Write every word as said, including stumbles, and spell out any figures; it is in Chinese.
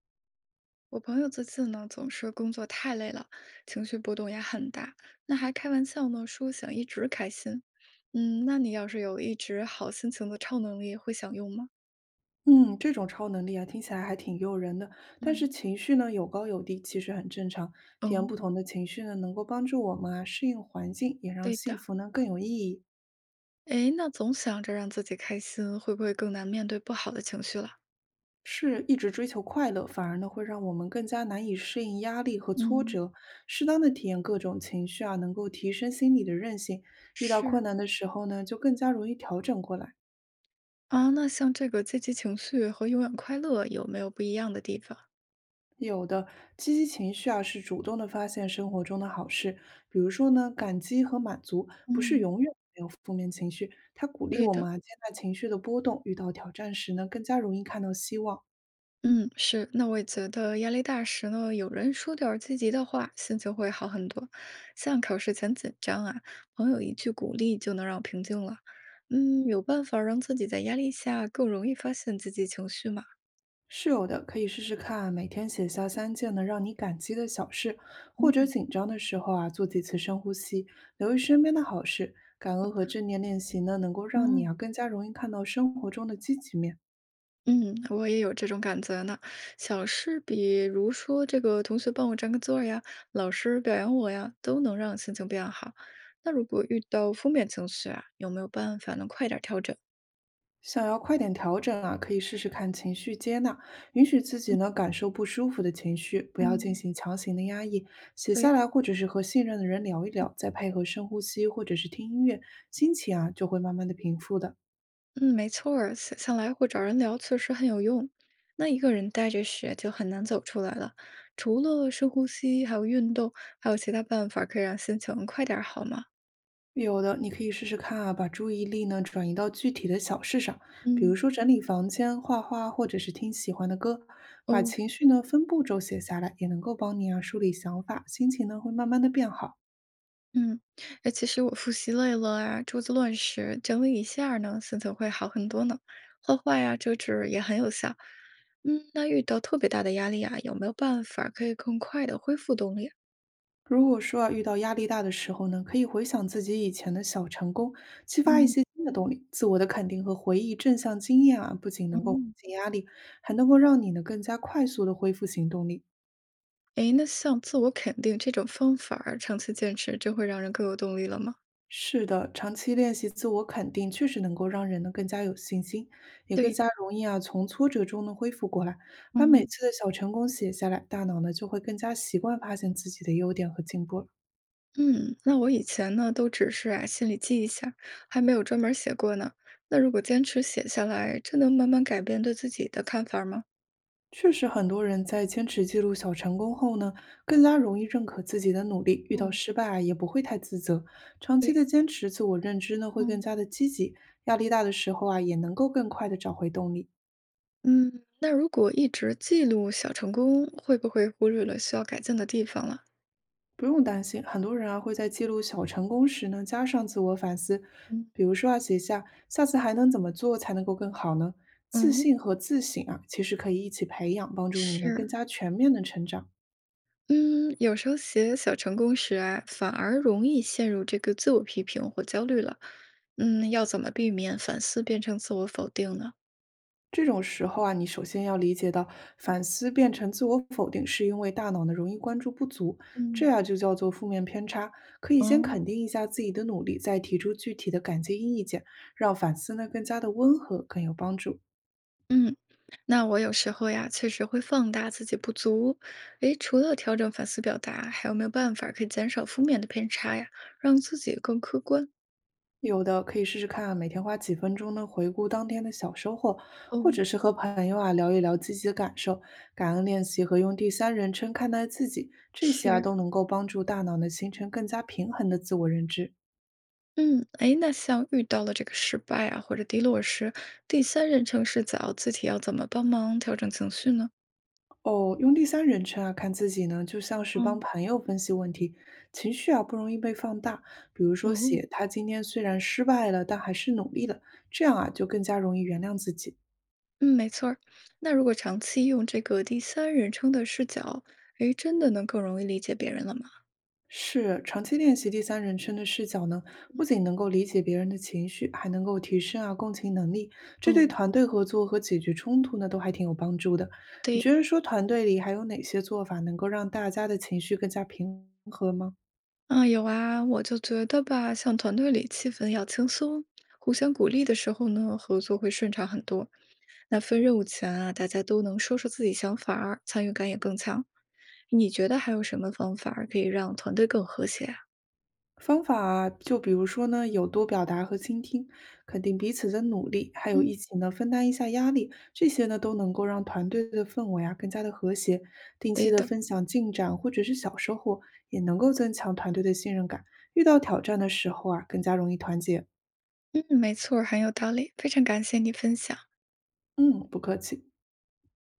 我朋友最近呢，总是工作太累了，情绪波动也很大。那还开玩笑呢，说想一直开心。嗯，那你要是有一直好心情的超能力，会想用吗？嗯，这种超能力啊，听起来还挺诱人的。但是嗯，情绪呢，有高有低，其实很正常。哦，体验不同的情绪呢，能够帮助我们啊适应环境，也让对幸的。福呢更有意义。诶，那总想着让自己开心，会不会更难面对不好的情绪了？是一直追求快乐，反而呢会让我们更加难以适应压力和挫嗯，折。适当的体验各种情绪啊，能够提升心理的韧性。遇到是困难的时候呢，就更加容易调整过来。啊，那像这个积极情绪和永远快乐有没有不一样的地方？有的，积极情绪啊是主动的发现生活中的好事，比如说呢，感激和满足，不是嗯，永远没有负面情绪。它鼓励对我的。们啊接纳情绪的波动，遇到挑战时呢，更加容易看到希望。嗯，是，那我也觉得压力大时呢，有人说点儿积极的话，心情会好很多。像考试前紧张啊，朋友一句鼓励就能让我平静了。嗯，有办法让自己在压力下更容易发现自己情绪吗？是有的，可以试试看啊，每天写下三件呢，让你感激的小事，或者嗯，紧张的时候啊，做几次深呼吸，留意身边的好事。感恩和正念练习呢，能够让你嗯啊更加容易看到生活中的积极面。嗯，我也有这种感觉呢。小事，比如说这个同学帮我占个座儿呀，老师表扬我呀，都能让心情变好。那如果遇到负面情绪啊，有没有办法能快点儿调整？想要快点调整啊，可以试试看情绪接纳，允许自己呢感受不舒服的情绪，不要进嗯。行强行的压抑，写下对。来或者是和信任的人聊一聊，再配合深呼吸或者是听音乐，心情啊就会慢慢的平复的。嗯，没错儿，写下来或找人聊确实很有用。那一个人待着时就很难走出来了，除了深呼吸，还有运动，还有其他办法可以让心情快点儿好吗？有的你可以试试看啊，把注意力呢转移到具体的小事上，比如嗯，说整理房间、画画，或者是听喜欢的歌，把哦，情绪呢分步骤写下来，也能够帮你啊梳理想法，心情呢会慢慢的变好。嗯，哎，其实我复习累了啊，桌子乱时整理一下儿呢，心情会好很多呢。画画呀，折纸也很有效。嗯，那遇到特别大的压力啊，有没有办法可以更快的恢复动力啊？如果说啊，遇到压力大的时候呢，可以回想自己以前的小成功，激发一嗯。些新的动力。自我的肯定和回忆正向经验啊，不仅能够缓嗯。解压力，还能够让你呢更加快速的恢复行动力。诶，那像自我肯定这种方法儿，长期坚持，真会让人更有动力了吗？是的，长期练习自我肯定，确实能够让人呢更加有信心，也更对，加容易啊从挫折中呢恢复过来。把每嗯，次的小成功写下来，大脑呢就会更加习惯发现自己的优点和进步了。嗯，那我以前呢，都只是啊心里记一下，还没有专门儿写过呢。那如果坚持写下来，这能慢慢改变对自己的看法儿吗？确实，很多人在坚持记录小成功后呢，更加容易认可自己的努力，遇到嗯，失败啊也不会太自责。长期对，的坚持，自我认知呢会更嗯，加的积极，压力大的时候啊也能够更快的找回动力。嗯，那如果一直记录小成功，会不会忽略了需要改进的地方了？不用担心，很多人啊会在记录小成功时呢加上自我反思，嗯。比如说啊写下下次还能怎么做才能够更好呢？自嗯，信和自省啊其实可以一起培养，帮助你呢更是，加全面的成长。嗯，有时候写小成功时啊，反而容易陷入这个自我批评或焦虑了。嗯，要怎么避免反思变成自我否定呢？这种时候啊，你首先要理解到，反思变成自我否定，是因为大脑呢容易关注不足，这嗯，啊就叫做负面偏差。可以先哦，肯定一下自己的努力，再提出具体的感激意见，让反思呢更加的温和，更有帮助。嗯，那我有时候呀，确实会放大自己不足。诶，除了调整反思表达，还有没有办法可以减少负面的偏差呀，让自己更客观？有的可以试试看啊，每天花几分钟呢回顾当天的小收获，或哦，者是和朋友啊聊一聊积极的感受，感恩练习和用第三人称看待自己，这些啊是，都能够帮助大脑呢形成更加平衡的自我认知。嗯，诶，那像遇到了这个失败啊或者低落时，第三人称视角，自己要怎么帮忙调整情绪呢？哦，用第三人称啊看自己呢，就像是帮嗯。朋友分析问题，情绪啊不容易被放大。比如说哦，写他今天虽然失败了，但还是努力了，这样啊就更加容易原谅自己。嗯，没错儿。那如果长期用这个第三人称的视角，诶，真的能更容易理解别人了吗？是，长期练习第三人称的视角呢，不仅能够理解别人的情绪，还能够提升啊共情能力，这对哦，团队合作和解决冲突呢都还挺有帮助的。你对，觉得说团队里还有哪些做法能够让大家的情绪更加平和吗？啊，有啊，我就觉得吧，像团队里气氛要轻松，互相鼓励的时候呢，合作会顺畅很多。那分任务前啊，大家都能说说自己想法儿，参与感也更强。你觉得还有什么方法儿可以让团队更和谐啊？方法啊，就比如说呢，有多表达和倾听，肯定彼此的努力，还有嗯，一起呢分担一下压力，这些呢都能够让团队的氛围啊更加的和谐。定期对的的，分享进展或者是小收获，也能够增强团队的信任感。遇到挑战的时候啊，更加容易团结。嗯，没错儿，很有道理，非常感谢你分享。嗯，不客气。